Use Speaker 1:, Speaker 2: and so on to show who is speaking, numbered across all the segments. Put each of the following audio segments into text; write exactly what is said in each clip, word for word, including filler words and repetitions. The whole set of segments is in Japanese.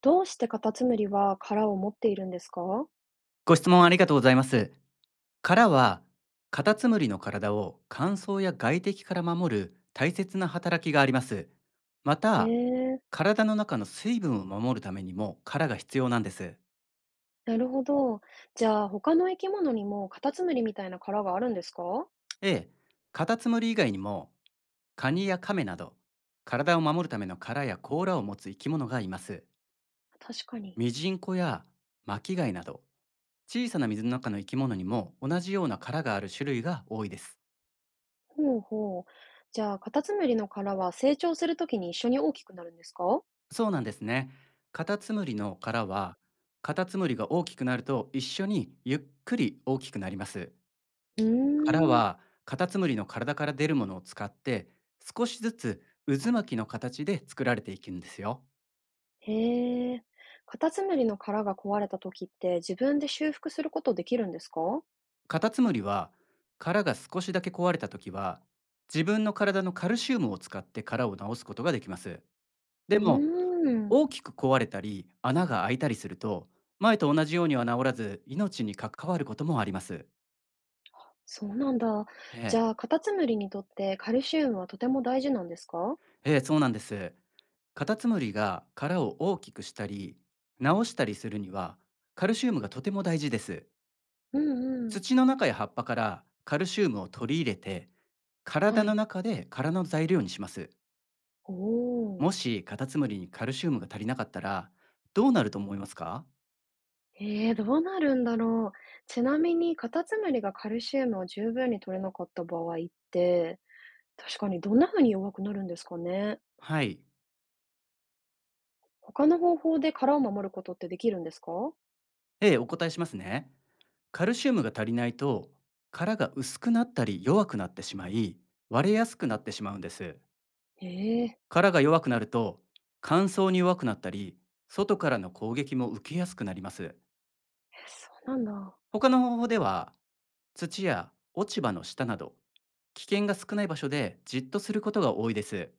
Speaker 1: どうしてカタツムリは殻を持っているんですか？
Speaker 2: ご質問ありがとうございます。殻は、カタツムリの体を乾燥や外敵から守る大切な働きがあります。ま
Speaker 1: へ
Speaker 2: た、
Speaker 1: え、
Speaker 2: 体の中の水分を守るためにも殻が必要なんです。
Speaker 1: なるほど。じゃあ他の生き物にもカタツムリみたいな殻があるんですか？
Speaker 2: エー、カタツムリ以外にも、カニやカメなど、体を守るための殻や甲羅を持つ生き物がいます。
Speaker 1: 確かに。
Speaker 2: ミジンコや巻き貝など、小さな水の中の生き物にも同じような殻がある種類が多いです。
Speaker 1: ほうほう。じゃあカタツムリの殻は成長するときに一緒に大きくなるんですか？
Speaker 2: そうなんですね。カタツムリの殻は、カタツムリが大きくなると一緒にゆっくり大きくなります。
Speaker 1: うー
Speaker 2: 殻
Speaker 1: ん。
Speaker 2: はカタツムリの体から出るものを使って少しずつ渦巻きの形で作られていくんですよ。
Speaker 1: へえ。カタツムリの殻が壊れたときって自分で修復することできるんですか？
Speaker 2: カタツムリは殻が少しだけ壊れた時は自分の体のカルシウムを使って殻を治すことができます。
Speaker 1: う
Speaker 2: でも、
Speaker 1: ーん。
Speaker 2: 大きく壊れたり穴が開いたりすると前と同じようには治らず命に関わることもあります。
Speaker 1: そうなんだ。じ
Speaker 2: え
Speaker 1: ゃ
Speaker 2: え
Speaker 1: あカタツムリにとってカルシウムはとても大事なんですか？
Speaker 2: ええ、そうなんです。カタツムリが殻を大きくしたり直したりするにはカルシウムがとても大事です。
Speaker 1: うんうん。
Speaker 2: 土の中や葉っぱからカルシウムを取り入れて
Speaker 1: は
Speaker 2: 体の
Speaker 1: い。
Speaker 2: 中で殻の材料にします。
Speaker 1: おお。
Speaker 2: もしカタツムリにカルシウムが足りなかったらどうなると思いますか？
Speaker 1: ええ、どうなるんだろう。ちなみにカタツムリがカルシウムを十分に取れなかった場合って、確かにどんな風に弱くなるんですかね。
Speaker 2: はい。
Speaker 1: 他の方法で殻を守ることってできるんですか？
Speaker 2: ええ、お答えしますね。カルシウムが足りないと殻が薄くなったり弱くなってしまい、割れやすくなってしまうんです。
Speaker 1: ええ、え、
Speaker 2: 殻が弱くなると乾燥に弱くなったり、外からの攻撃も受けやすくなります。
Speaker 1: そうなんだ。
Speaker 2: 他の方法では、土や落ち葉の下など危険が少ない場所でじっとすることが多いです。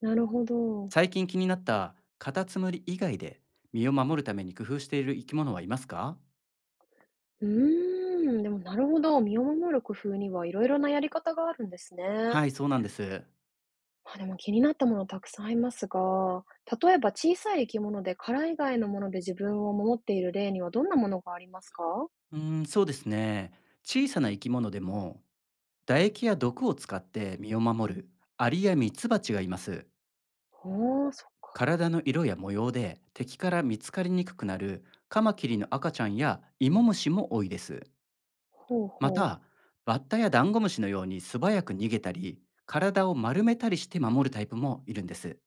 Speaker 1: なるほど。
Speaker 2: 最近気になったカタツムリ以外で身を守るために工夫している生き物はいますか？
Speaker 1: うーん、でもなるほど、身を守る工夫にはいろいろなやり方があるんですね。
Speaker 2: はい、そうなんです。
Speaker 1: まあ、でも気になったものたくさんありますが、例えば小さい生き物で殻以外のもので自分を守っている例にはどんなものがありますか？
Speaker 2: うーん、そうですね。小さな生き物でも唾液や毒を使って身を守るアリやミツバチがいます。
Speaker 1: おーそっか。
Speaker 2: 体の色や模様で敵から見つかりにくくなるカマキリの赤ちゃんやイモムシも多いです。
Speaker 1: ほう
Speaker 2: ま
Speaker 1: ほう。
Speaker 2: た、バッタやダンゴムシのように素早く逃げたり、体を丸めたりして守るタイプもいるんです。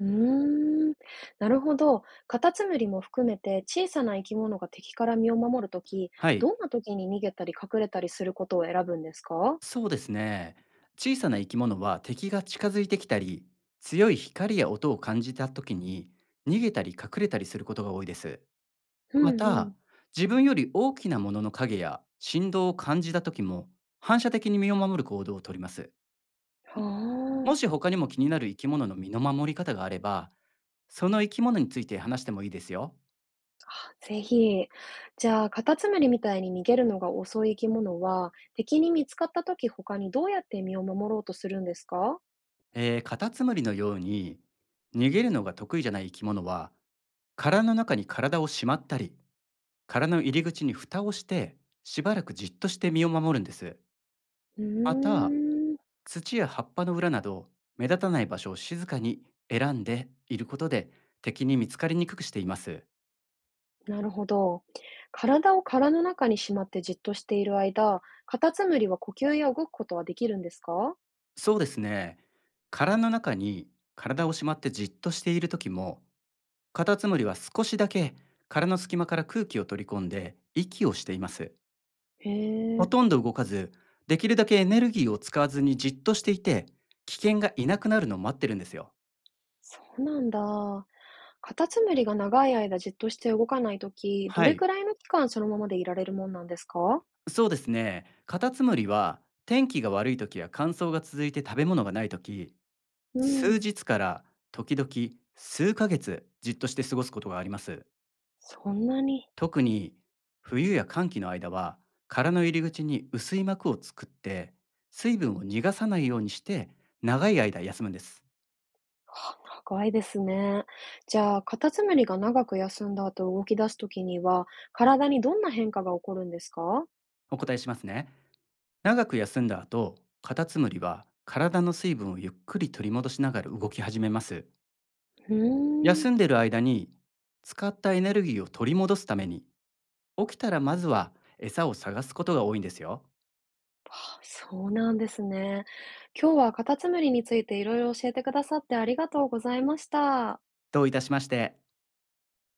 Speaker 1: うーん、なるほど。カタツムリも含めて小さな生き物が敵から身を守るとき、
Speaker 2: はい、
Speaker 1: どんな時に逃げたり隠れたりすることを選ぶんですか？
Speaker 2: そうですね。小さな生き物は敵が近づいてきたり、強い光や音を感じた時に逃げたり隠れたりすることが多いです。
Speaker 1: う
Speaker 2: ま
Speaker 1: んう
Speaker 2: た、
Speaker 1: ん。
Speaker 2: 自分より大きなものの影や振動を感じた時も反射的に身を守る行動をとります。
Speaker 1: は
Speaker 2: もし他にも気になる生き物の身の守り方があれば、その生き物について話してもいいですよ。
Speaker 1: あ、ぜひ。じゃあ、カタツムリみたいに逃げるのが遅い生き物は、敵に見つかった時、他にどうやって身を守ろうとするんですか？
Speaker 2: えー、カタツムリのように逃げるのが得意じゃない生き物は、殻の中に体をしまったり、殻の入り口に蓋をして、しばらくじっとして身を守るんです。
Speaker 1: う
Speaker 2: また、
Speaker 1: ーん。
Speaker 2: 土や葉っぱの裏など目立たない場所を静かに選んでいることで敵に見つかりにくくしています。
Speaker 1: なるほど。体を殻の中にしまってじっとしている間、カタツムリは呼吸や動くことはできるんですか？
Speaker 2: そうですね。殻の中に体をしまってじっとしている時もカタツムリは少しだけ殻の隙間から空気を取り込んで息をしています。
Speaker 1: へ
Speaker 2: ほ
Speaker 1: え、
Speaker 2: とんど動かず、できるだけエネルギーを使わずにじっとしていて、危険がいなくなるのを待ってるんですよ。
Speaker 1: そうなんだ。カタツムリが長い間じっとして動かないとき、ど
Speaker 2: は
Speaker 1: れく
Speaker 2: い、
Speaker 1: らいの期間そのままでいられるもんなんですか？
Speaker 2: そうですね。カタツムリは天気が悪い時や乾燥が続いて食べ物がない時、
Speaker 1: う
Speaker 2: 数
Speaker 1: ん、
Speaker 2: 日から時々数ヶ月じっとして過ごすことがあります。
Speaker 1: そんなに。
Speaker 2: 特に冬や寒気の間は殻の入り口に薄い膜を作って水分を逃がさないようにして長い間休むんです。
Speaker 1: はあ長いですね。じゃあ、カタツムリが長く休んだ後動き出すときには、体にどんな変化が起こるんですか？
Speaker 2: お答えしますね。長く休んだ後、カタツムリは体の水分をゆっくり取り戻しながら動き始めます。
Speaker 1: うーん。
Speaker 2: 休んでる間に使ったエネルギーを取り戻すために起きたらまずは餌を探すことが多いんですよ。
Speaker 1: あ、そうなんですね。今日はカタツムリについていろいろ教えてくださってありがとうございました。
Speaker 2: どういたしまして。